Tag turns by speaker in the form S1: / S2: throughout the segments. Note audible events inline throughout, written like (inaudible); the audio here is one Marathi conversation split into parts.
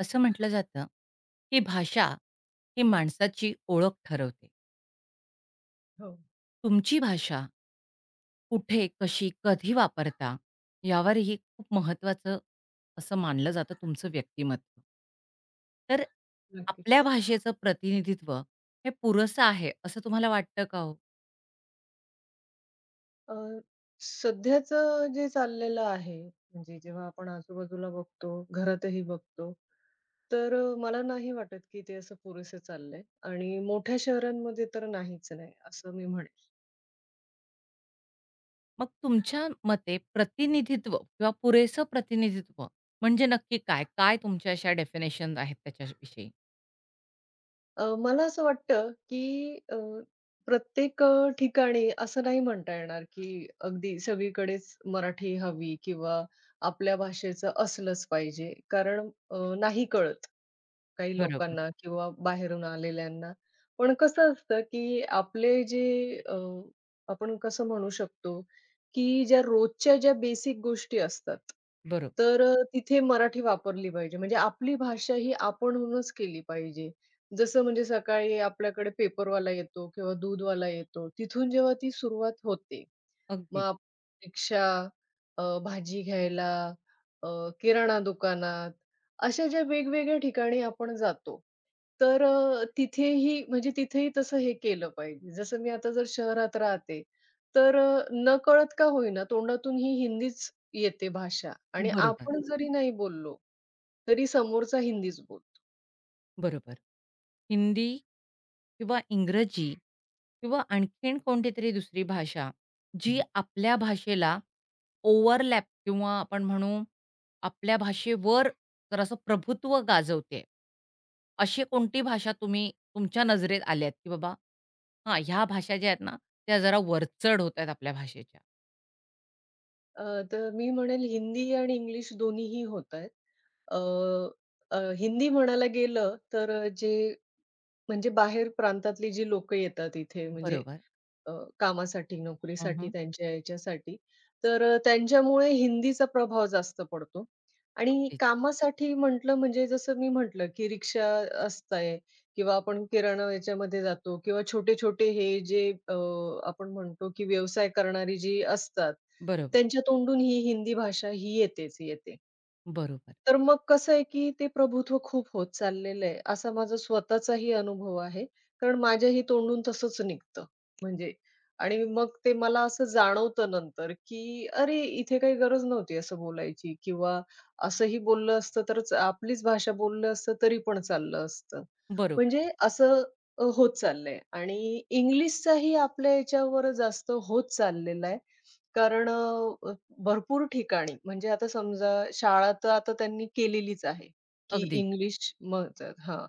S1: असं म्हटलं जातं, की भाषा ही माणसाची ओळख ठरवते.
S2: हो,
S1: तुमची भाषा कुठे, कशी, कधी वापरता यावरही खूप महत्त्वाचं असं मानलं जातं तुमचं व्यक्तिमत्व. तर आपल्या
S2: नक्कीच.
S1: भाषेचं प्रतिनिधित्व हे पुरेसं आहे असं तुम्हाला वाटतं का हो?
S2: अ, सध्याचं जे चाललेलं आहे, म्हणजे जेव्हा आपण आजूबाजूला बघतो, घरातही बघतो, तर मला नाही वाटत की ते असं पुरेसं चाललंय आणि मोठ्या शहरांमध्ये तर नाहीच नाही, असं मी म्हणेन.
S1: मग तुमच्या मते प्रतिनिधित्व किंवा पुरेसं प्रतिनिधित्व म्हणजे नक्की काय? काय तुमच्या अशा डेफिनेशन्स आहेत त्याच्याविषयी?
S2: मला असं वाटतं की प्रत्येक ठिकाणी असं नाही म्हणता येणार की अगदी सगळीकडेच मराठी हवी किंवा आपल्या भाषेचं असलंच पाहिजे, कारण नाही कळत. काही
S1: बरोबर,
S2: लोकांना किंवा बाहेरून आलेल्यांना. पण कसं असतं, की आपले जे आपण कसं म्हणू शकतो, की ज्या रोजच्या ज्या बेसिक गोष्टी असतात,
S1: बरोबर.
S2: तर तिथे मराठी वापरली पाहिजे. म्हणजे आपली भाषा ही आपणहूनच केली पाहिजे. जसं म्हणजे सकाळी आपल्याकडे पेपरवाला येतो किंवा दूधवाला येतो, तिथून जेव्हा ती सुरुवात होते. मग
S1: अगदीच.
S2: आपण रिक्षा, भाजी घ्यायला, किराणा दुकानात अशा ज्या वेगवेगळ्या ठिकाणी आपण जातो, तर तिथेही म्हणजे तिथेही तसं हे केलं पाहिजे. जसं मी आता जर शहरात राहते, तर नकळत का होईना तोंडातून ही हिंदीच येते भाषा आणि
S1: बरोबर,
S2: आपण जरी नाही बोललो, तरी समोरचा हिंदीच बोलतो.
S1: बरोबर. हिंदी किंवा इंग्रजी किंवा आणखीन कोणती तरी दुसरी भाषा, जी आपल्या भाषेला ओव्हरलॅप किंवा आपण म्हणू आपल्या भाषेवर जरासं प्रभुत्व गाजवते. अशी कोणती भाषा तुम्ही तुमच्या नजरेत आल्यात, की बाबा हां, ह्या भाषा ज्या आहेत ना, त्या जरा वरचढ होत आहेत आपल्या भाषेच्या.
S2: तर मी म्हणेल हिंदी आणि इंग्लिश दोन्हीही होतायत. अ, अ, हिंदी म्हणायला गेलं, तर जे म्हणजे बाहेर प्रांतातली जी लोकं येतात इथे म्हणजे
S1: बरोबर.
S2: अ, कामासाठी, नोकरीसाठी,
S1: हं,
S2: त्यांच्या याच्यासाठी. तर त्यांच्यामुळे हिंदीचा प्रभाव जास्त पडतो आणि
S1: अगदीच.
S2: कामासाठी म्हटलं म्हणजे जसं मी म्हटलं, की रिक्षा असते किंवा आपण किराणा याच्यामध्ये जातो किंवा छोटे-छोटे हे जे आपण म्हणतो, की व्यवसाय करणारी जी असतात,
S1: बरोबर.
S2: त्यांच्या तोंडून ही हिंदी भाषा ही येतेच येते.
S1: बरोबर.
S2: तर मग कसं आहे, की ते प्रभुत्व खूप होत चाललेलं आहे, असा माझा स्वतःचाही अनुभव आहे. कारण माझ्याही तोंडून तसंच निघतं म्हणजे आणि मग ते मला असं जाणवतं नंतर, की अरे, इथे काही गरज नव्हती असं बोलायची किंवा असंही बोललं असतं तरच आपलीच भाषा बोललं असतं तरी पण चाललं असतं.
S1: बरोबर.
S2: म्हणजे असं होत चाललंय आणि इंग्लिशचाही आपल्या याच्यावर जास्त होत चाललेला आहे. कारण भरपूर ठिकाणी म्हणजे आता समजा शाळा तर आता त्यांनी केलेलीच आहे, की
S1: अगदीच.
S2: इंग्लिश मग हां.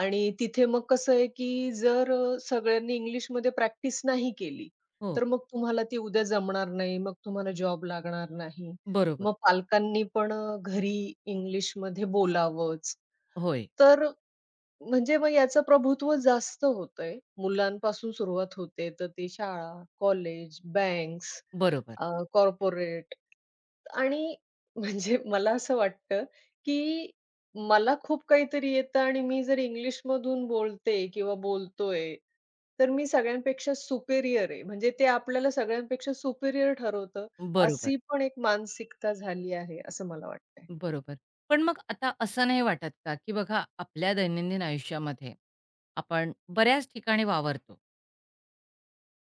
S2: आणि तिथे मग कसं आहे, की जर सगळ्यांनी इंग्लिशमध्ये प्रॅक्टिस नाही केली,
S1: हो.
S2: तर मग तुम्हाला ती उद्या जमणार नाही. मग तुम्हाला जॉब लागणार नाही.
S1: बरोबर.
S2: मग पालकांनी पण घरी इंग्लिशमध्ये बोलावंच.
S1: होय.
S2: तर म्हणजे मग याचं प्रभुत्व जास्त होतंय. मुलांपासून सुरुवात होते, तर ती शाळा, कॉलेज, बँक्स,
S1: बरोबर.
S2: कॉर्पोरेट आणि (laughs) म्हणजे मला असं वाटतं, की मला खूप काहीतरी येतं आणि मी जर इंग्लिशमधून बोलते किंवा बोलतोय, तर मी सगळ्यांपेक्षा सुपेरियर आहे. म्हणजे ते आपल्याला सगळ्यांपेक्षा सुपेरियर ठरवतं,
S1: बरोबर.
S2: अशी पण एक मानसिकता झाली आहे, असं मला वाटतंय.
S1: बरोबर. पण मग आता असं नाही वाटत का, की बघा आपल्या दैनंदिन आयुष्यामध्ये आपण बऱ्याच ठिकाणी वावरतो.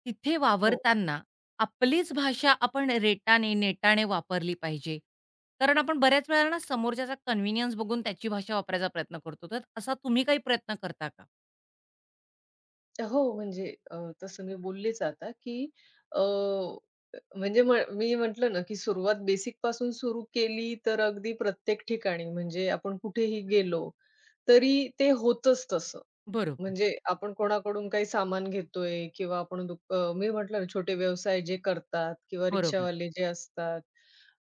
S1: तिथे
S2: हो.
S1: वावरताना आपलीच भाषा आपण रेटाने, नेटाने वापरली पाहिजे. कारण आपण बऱ्याच वेळेला ना समोरच्याचा कन्व्हिनियन्स बघून त्याची भाषा वापरायचा प्रयत्न करतो. तर असा तुम्ही काही प्रयत्न करता का?
S2: हो, म्हणजे तसं मी बोललेच आता, की अ, म्हणजे मी म्हटलं ना, की सुरुवात बेसिकपासून सुरू केली, तर अगदी प्रत्येक ठिकाणी म्हणजे आपण कुठेही गेलो तरी ते होतंच तसं.
S1: बरोबर,
S2: म्हणजे आपण कोणाकडून काही सामान घेतोय किंवा आपण मी म्हटलं ना, छोटे व्यवसाय जे करतात किंवा
S1: बरोबर,
S2: रिक्षावाले जे असतात.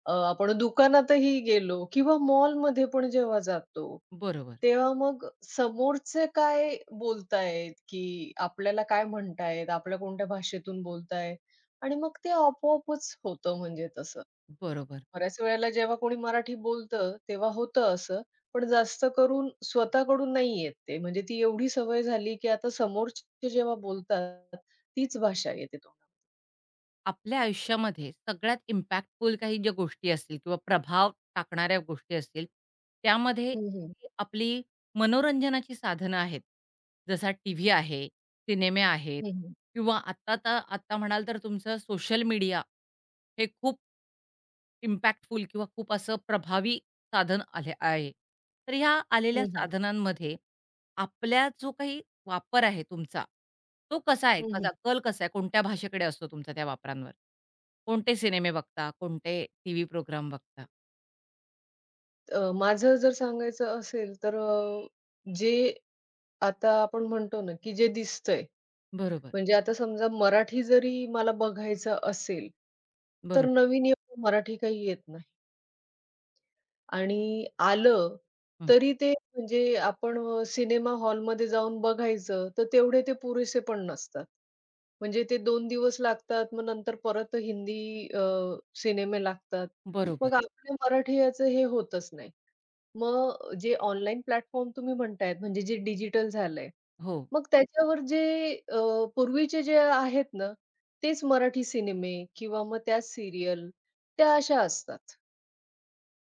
S2: आपण दुकानातही गेलो किंवा मॉलमध्ये पण जेव्हा जातो,
S1: बरोबर,
S2: तेव्हा मग समोरचे काय बोलतायत, की आपल्याला काय म्हणतायत, आपल्या कोणत्या भाषेतून बोलतायत आणि मग ते आपोआपच होतं म्हणजे तसं.
S1: बरोबर.
S2: बऱ्याच वेळेला जेव्हा कोणी मराठी बोलतं, तेव्हा होतं असं. पण जास्त करून स्वतःकडून नाही येत ते. म्हणजे ती एवढी सवय झाली, की आता समोरचे जेव्हा बोलतात, तीच भाषा येते तोंडामध्ये.
S1: आपल्या आयुष्यामध्ये सगळ्यात इम्पॅक्टफुल काही ज्या गोष्टी असतील किंवा प्रभाव टाकणाऱ्या गोष्टी असतील, त्यामध्ये
S2: हं, हं.
S1: जी आपली मनोरंजनाची साधनं आहेत, जसा टीव्ही आहे, सिनेमे आहेत
S2: हं, हं.
S1: किंवा आत्ता तर आत्ता म्हणाल तर तुमचं सोशल मीडिया हे खूप इम्पॅक्टफुल किंवा खूप असं प्रभावी साधन आले आहे. तर ह्या आलेल्या
S2: हं, हं.
S1: साधनांमध्ये आपल्या जो काही वापर आहे तुमचा, तो कसा आहे?
S2: हं, हं.
S1: कसा आहे? कोणत्या भाषेकडे असतो तुमचा त्या वापरांवर? कोणते सिनेमे बघता? कोणते टीव्ही प्रोग्राम बघता?
S2: माझं जर सांगायचं असेल, तर जे आता आपण म्हणतो ना, की जे दिसतंय,
S1: बरोबर,
S2: म्हणजे आता समजा मराठी जरी मला बघायचं असेल, तर
S1: बरोबर.
S2: नवीन एवढं मराठी काही येत नाही. आणि आलं,
S1: हं.
S2: तरी ते म्हणजे आपण सिनेमा हॉलमध्ये जाऊन बघायचं, तर तेवढे ते पुरेसे पण नसतात. म्हणजे ते दोन दिवस लागतात, मग नंतर परत हिंदी सिनेमे लागतात.
S1: बरोबर.
S2: मग आपल्या मराठी याचं हे होतच नाही. मग जे ऑनलाईन प्लॅटफॉर्म तुम्ही म्हणताय, म्हणजे जे डिजिटल झालंय,
S1: हो,
S2: मग त्याच्यावर जे अ, पूर्वीचे जे आहेत ना, तेच मराठी सिनेमे किंवा मग त्या सीरियल, त्या अशा असतात.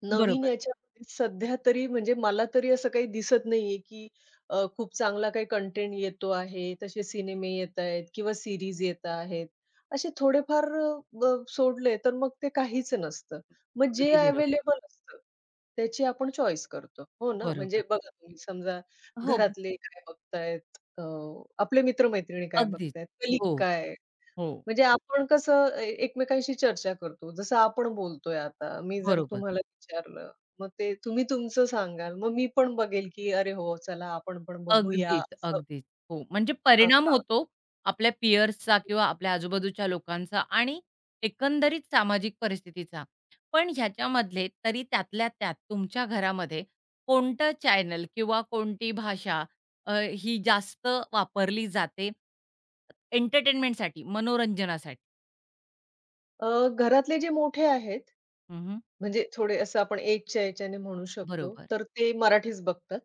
S2: नवीन
S1: बरोबर.
S2: याच्यामध्ये सध्या तरी म्हणजे मला तरी असं काही दिसत नाहीये, की खूप चांगला काही कंटेंट येतो आहे. तसे सिनेमे येतायत किंवा सीरीज येत आहेत. असे थोडेफार ब सोडले तर मग ते काहीच नसतं. मग जे
S1: अगदी बरोबर.
S2: अवेलेबल असतं, त्याची आपण चॉईस करतो. हो ना?
S1: बरोबर.
S2: म्हणजे बघा तुम्ही समजा
S1: हो,
S2: घरातले काय बघतायत, आपले मित्र काय
S1: अगदीच.
S2: बघतायत, कलीग
S1: हो,
S2: काय
S1: हो.
S2: म्हणजे आपण कसं एकमेकांशी चर्चा करतो. जसं आपण बोलतोय आता, मी जर
S1: बरोबर.
S2: तुम्हाला विचारलं, मग ते तुम्ही तुमचं सांगाल. मग मी पण बघेल, की "अरे हो, चला आपण पण बघूया."
S1: अगदीच,
S2: असं
S1: अगदीच. हो, म्हणजे परिणाम
S2: हां.
S1: होतो आपल्या पियर्सचा किंवा आपल्या आजूबाजूच्या लोकांचा आणि एकंदरीत सामाजिक परिस्थितीचा. पण ह्याच्यामधले तरी त्यातल्या त्यात तुमच्या घरामध्ये कोणतं चॅनल किंवा कोणती भाषा अ, ही जास्त वापरली जाते एंटरटेनमेंटसाठी, मनोरंजनासाठी?
S2: घरातले जे मोठे आहेत,
S1: हं,
S2: म्हणजे थोडे असं आपण एजच्या याच्याने म्हणू शकतो,
S1: बरोबर.
S2: तर ते मराठीच बघतात.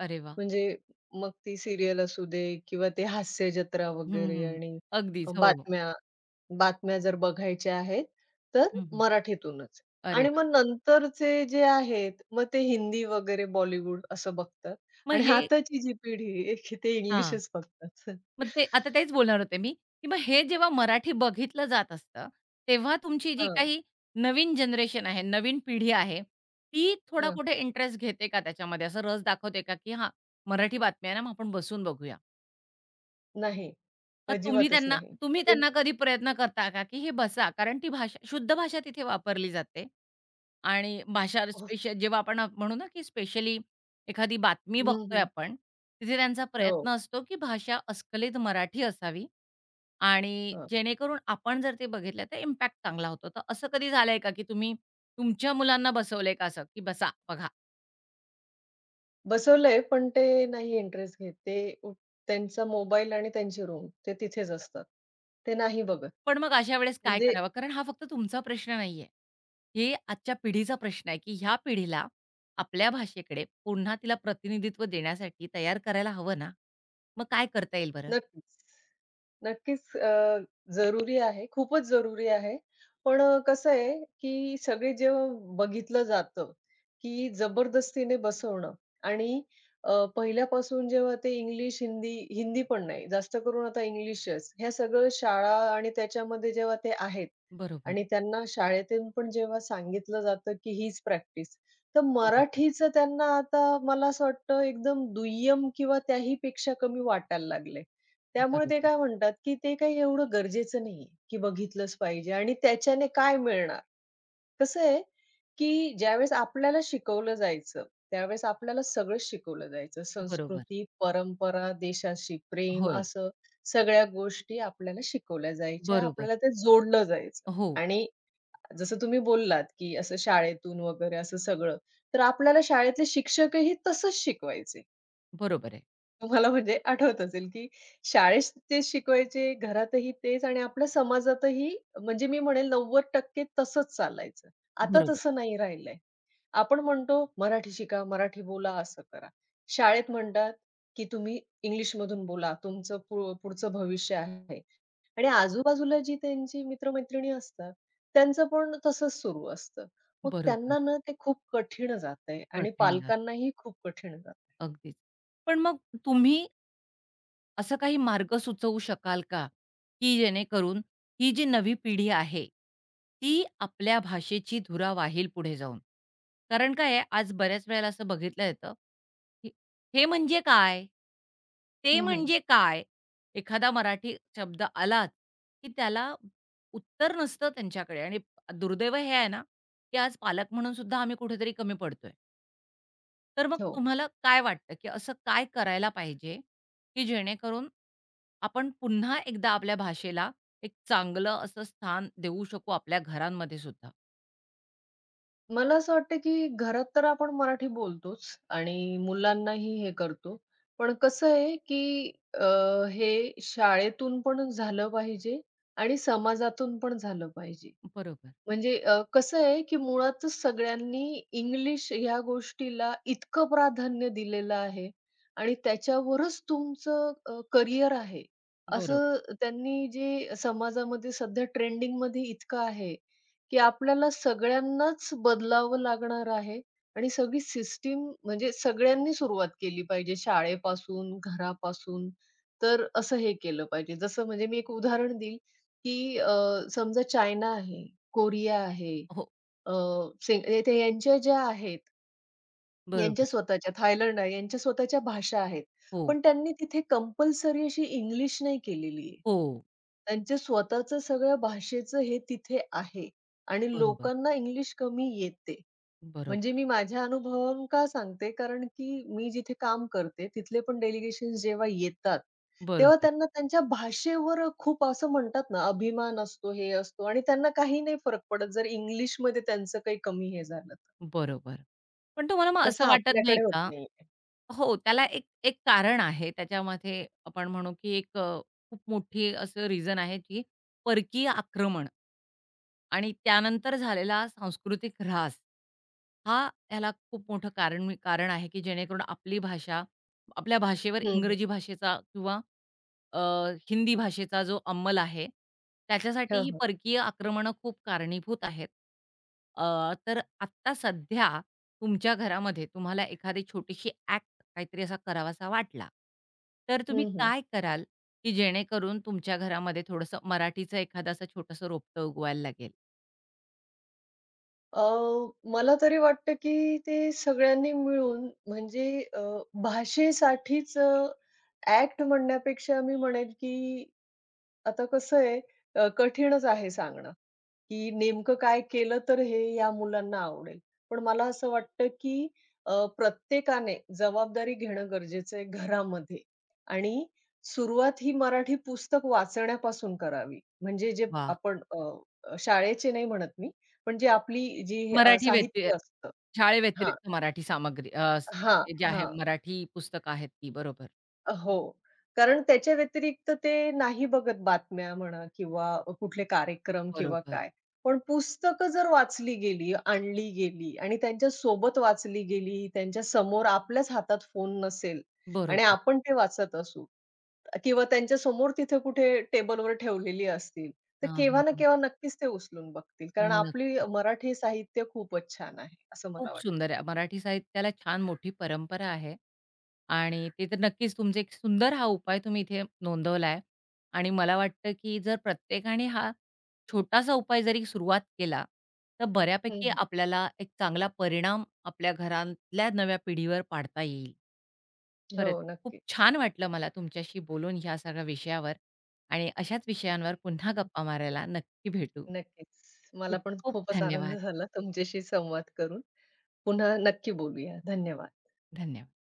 S1: अरे वाह!
S2: म्हणजे मग ती सीरियल असू दे किंवा ते हास्य जत्रा
S1: हं,
S2: वगैरे
S1: हं.
S2: आणि
S1: अगदीच. हो.
S2: बातम्या बातम्या जर बघायच्या आहेत, तर
S1: हं, हं.
S2: मराठीतूनच.
S1: अरे
S2: आणि
S1: वाह!
S2: मग नंतरचे जे आहेत, मग ते हिंदी वगैरे बॉलिवूड असं बघतात
S1: मग
S2: आणि
S1: हे
S2: आताची जी पिढी आहे की ते
S1: हां.
S2: इंग्लिशच बघतात.
S1: मग ते आता
S2: (laughs)
S1: तेच बोलणार होते मी, की मग हे जेव्हा मराठी बघितलं जात असतं, तेव्हा तुमची जी
S2: हां,
S1: काही नवीन जनरेशन आहे, नवीन पिढी आहे, ती थोडा
S2: हां, हां.
S1: कुठे इंटरेस्ट घेते का त्याच्यामध्ये? असा रस दाखवते का, की हां, मराठी बातम्या आहे ना, मग आपण बसून बघूया?
S2: नाही,
S1: तर
S2: अजिबातच नाही.
S1: तुम्ही
S2: ते
S1: त्यांना कधी प्रयत्न करता का, की हे बसा. कारण ती भाषा शुद्ध भाषा तिथे वापरली जाते आणि भाषा
S2: हो.
S1: स्पेशल जेव्हा आपण म्हणू ना, की स्पेशली एखादी बातमी
S2: हं,
S1: बघतोय
S2: हं.
S1: आपण, तिथे त्यांचा प्रयत्न
S2: हो,
S1: असतो, की भाषा अस्खलित मराठी असावी आणि
S2: हां.
S1: जेणेकरून आपण जर ते बघितलं तर इम्पॅक्ट चांगला होतो. तर असं कधी झालंय का, की तुम्ही तुमच्या मुलांना बसवलंय का असं, की बसा बघा?
S2: बसवलंय पण ते नाही इंटरेस्ट घेत. ते उ त्यांचा मोबाईल आणि त्यांची रूम ते तिथेच असतात. ते नाही बघत.
S1: पण मग अशा वेळेस काय
S2: म्हणजे
S1: करावं? कारण हा फक्त तुमचा प्रश्न नाहीये. हे आजच्या पिढीचा प्रश्न आहे, की ह्या पिढीला आपल्या भाषेकडे पुन्हा तिला प्रतिनिधित्व देण्यासाठी तयार करायला हवं ना? मग काय करता येईल बरं?
S2: नक्कीच. नक्कीच जरुरी आहे, खूपच जरुरी आहे. पण कसं आहे, की सगळे जेव्हा बघितलं जातं, की जबरदस्तीने बसवणं आणि पहिल्यापासून जेव्हा ते इंग्लिश, हिंदी हिंदी पण नाही, जास्त करून आता इंग्लिशच. ह्या सगळं शाळा आणि त्याच्यामध्ये जेव्हा ते आहेत
S1: बरोबर,
S2: आणि त्यांना शाळेतून पण जेव्हा सांगितलं जातं, की हीच प्रॅक्टिस. तर
S1: बरोबर,
S2: मराठीचं त्यांना आता मला असं वाटतं एकदम दुय्यम किंवा त्याहीपेक्षा कमी वाटायला लागलंय. त्यामुळे
S1: बरोबर,
S2: ते काय म्हणतात, की ते काही एवढं गरजेचं नाहीये, की बघितलंच पाहिजे आणि त्याच्याने काय मिळणार? कसं आहे, की ज्यावेळेस आपल्याला शिकवलं जायचं, त्यावेळेस आपल्याला सगळंच शिकवलं जायचं.
S1: बरोबर.
S2: संस्कृती, परंपरा, देशाशी प्रेम
S1: होय,
S2: असं सगळ्या गोष्टी आपल्याला शिकवल्या जायच्या.
S1: बरोबर.
S2: आपल्याला ते जोडलं जायचं
S1: हो,
S2: आणि जसं तुम्ही बोललात, की असं शाळेतून वगैरे असं सगळं. तर आपल्याला शाळेतले शिक्षकही तसंच शिकवायचे.
S1: बरोबर आहे.
S2: तुम्हाला म्हणजे आठवत असेल, की शाळेत ते शिकवायचे, घरातही तेच आणि आपल्या समाजातही म्हणजे मी म्हणेल 90% तसंच चालायचं. आता
S1: बरोबर,
S2: तसं नाही राहिलंय. आपण म्हणतो, "मराठी शिका, मराठी बोला, असं करा." शाळेत म्हणतात, की "तुम्ही इंग्लिशमधून बोला, तुमचं पुढचं भविष्य आहे." आणि आजूबाजूला जी त्यांची मित्र असतात, त्यांचं पण तसंच सुरू असतं. मग
S1: बरोबर.
S2: त्यांना ना ते खूप कठीण जातंय आणि
S1: कठीण जातं.
S2: पालकांनाही खूप कठीण जातं.
S1: अगदीच. पण मग तुम्ही असा काही मार्ग सुचवू शकाल का, की जेणेकरून ही जी नवी पिढी आहे, ती आपल्या भाषेची धुरा वाहील पुढे जाऊन? कारण काय आहे, आज बऱ्याच वेळेला असं बघितलं येतं, की "हे म्हणजे काय? ते
S2: हं,
S1: म्हणजे काय?" एखादा मराठी शब्द आलाच, की त्याला उत्तर नसतं त्यांच्याकडे आणि दुर्दैव हे आहे ना, की आज पालक म्हणून सुद्धा आम्ही कुठेतरी कमी पडतोय. तर मग
S2: हो.
S1: तुम्हाला काय वाटतं, की असं काय करायला पाहिजे? की जेणेकरून आपण पुन्हा एकदा आपल्या भाषेला एक चांगलं असं स्थान देऊ शकू आपल्या घरांमध्ये सुद्धा.
S2: मला असं वाटतं, की घरात तर आपण मराठी बोलतोच आणि मुलांनाही हे करतो. पण कसं आहे, की अ, हे शाळेतून पण झालं पाहिजे आणि समाजातून पण झालं पाहिजे.
S1: बरोबर,
S2: म्हणजे कसं आहे, की मुळातच सगळ्यांनी इंग्लिश ह्या गोष्टीला इतकं प्राधान्य दिलेलं आहे आणि त्याच्यावरच तुमचं करियर आहे.
S1: बरोबर.
S2: असं त्यांनी जे समाजामध्ये सध्या ट्रेंडिंगमध्ये इतकं आहे, की आपल्याला सगळ्यांनाच बदलावं लागणार आहे आणि सगळी सिस्टीम म्हणजे सगळ्यांनी सुरुवात केली पाहिजे शाळेपासून, घरापासून. तर असं हे केलं पाहिजे. जसं म्हणजे मी एक उदाहरण देईल, की समजा चायना आहे, कोरिया आहे,
S1: हो,
S2: अ, सिंग इथे यांच्या ज्या आहेत,
S1: बरोबर.
S2: यांच्या स्वतःच्या थायलंड आहे, यांच्या स्वतःच्या भाषा आहेत.
S1: हो,
S2: पण त्यांनी तिथे कंपल्सरी अशी इंग्लिश नाही केलेली आहे.
S1: हो.
S2: त्यांचं स्वतःचं सगळ्या भाषेचं हे तिथे आहे आणि
S1: बरोबर,
S2: लोकांना इंग्लिश कमी येते. म्हणजे
S1: बरोबर,
S2: मी माझ्या अनुभवावरून का सांगते, कारण की मी जिथे काम करते, तिथले पण डेलिगेशन्स जेव्हा येतात, तेव्हा
S1: बरोबर,
S2: त्यांना त्यांच्या भाषेवर खूप असं म्हणतात ना, अभिमान असतो, हे असतो आणि त्यांना काही नाही फरक पडत, जर इंग्लिशमध्ये त्यांचं काही कमी हे झालं तर.
S1: बरोबर. पण तुम्हाला मग असं
S2: तसं
S1: वाटत नाही
S2: आपल्याकडे होत
S1: का
S2: नाहीये.
S1: हो, त्याला एक एक कारण आहे. त्याच्यामध्ये आपण म्हणू, की एक खूप मोठी असं रिझन आहे, की परकीय आक्रमण आणि त्यानंतर झालेला सांस्कृतिक ऱ्हास. हा ह्याला खूप मोठं कारण आहे, की जेणेकरून आपली भाषा आपल्या भाषेवर
S2: हं, हं.
S1: इंग्रजी भाषेचा किंवा अ, हिंदी भाषेचा जो अंमल आहे, त्याच्यासाठी
S2: हां,
S1: ही
S2: हां.
S1: परकीय आक्रमणं खूप कारणीभूत आहेत. अ, तर आत्ता सध्या तुमच्या घरामध्ये तुम्हाला एखादी छोटीशी ॲक्ट काहीतरी असा करावासा वाटला, तर तुम्ही
S2: हं, हं.
S1: काय कराल, की जेणेकरून तुमच्या घरामध्ये थोडंसं मराठीचं एखादं असं छोटंसं रोपटं उगवायला लागेल?
S2: अ, मला तरी वाटतं, की ते सगळ्यांनी मिळून म्हणजे अ, भाषेसाठीच म्हणण्यापेक्षा मी म्हणेल, की आता कसं आहे कठीणच आहे सांगणं, की नेमकं काय केलं तर हे या मुलांना आवडेल. पण मला असं वाटतं, की प्रत्येकाने जबाबदारी घेणं गरजेचं आहे घरामध्ये आणि सुरुवात ही मराठी पुस्तक वाचण्यापासून करावी. म्हणजे जे
S1: वाह!
S2: आपण अ, अ, शाळेचे नाही म्हणत मी, पण जे आपली जी
S1: मराठी व्यति
S2: साहित्य असतं हां,
S1: शाळेव्यतिरिक्त मराठी सामग्री अ, स
S2: हां,
S1: जे आहे
S2: हां.
S1: मराठी पुस्तकं आहेत ती. बरोबर.
S2: हो. कारण त्याच्या व्यतिरिक्त ते नाही बघत बातम्या म्हणा किंवा कुठले कार्यक्रम किंवा
S1: बरोबर,
S2: काय. पण पुस्तकं जर वाचली गेली, आणली गेली आणि त्यांच्या सोबत वाचली गेली, त्यांच्या समोर आपल्याच हातात फोन नसेल आणि
S1: बरोबर.
S2: आपण ते वाचत असू किंवा त्यांच्या समोर तिथे कुठे टेबलवर ठेवलेली असतील, तर
S1: हां,
S2: केव्हा
S1: हां,
S2: ना
S1: हां.
S2: केव्हा नक्कीच ते उचलून बघतील. कारण आपली
S1: नक्कीच.
S2: मराठी साहित्य खूपच छान आहे, असं
S1: खूप
S2: मला वाटतं.
S1: सुंदर आहे. मराठी साहित्याला छान मोठी परंपरा आहे. आणि ते तर नक्कीच तुमचे एक सुंदर हा उपाय तुम्ही इथे नोंदवलाय आणि मला वाटतं, की जर प्रत्येकाने हा छोटासा उपाय जरी सुरुवात केला, तर बऱ्यापैकी
S2: हं,
S1: आपल्याला एक चांगला परिणाम आपल्या घरातल्या नव्या पिढीवर पाडता येईल.
S2: हो,
S1: खरंच खूप
S2: नक्की.
S1: छान वाटलं मला तुमच्याशी बोलून ह्या सगळ्या विषयावर आणि अशाच विषयांवर पुन्हा गप्पा मारायला नक्की भेटू.
S2: नक्कीच. मला
S1: खूप
S2: पण
S1: खूप
S2: खूपच आनंद
S1: धन्यवाद.
S2: झाला तुमच्याशी संवाद करून. पुन्हा नक्की बोलूया. धन्यवाद.
S1: धन्यवाद.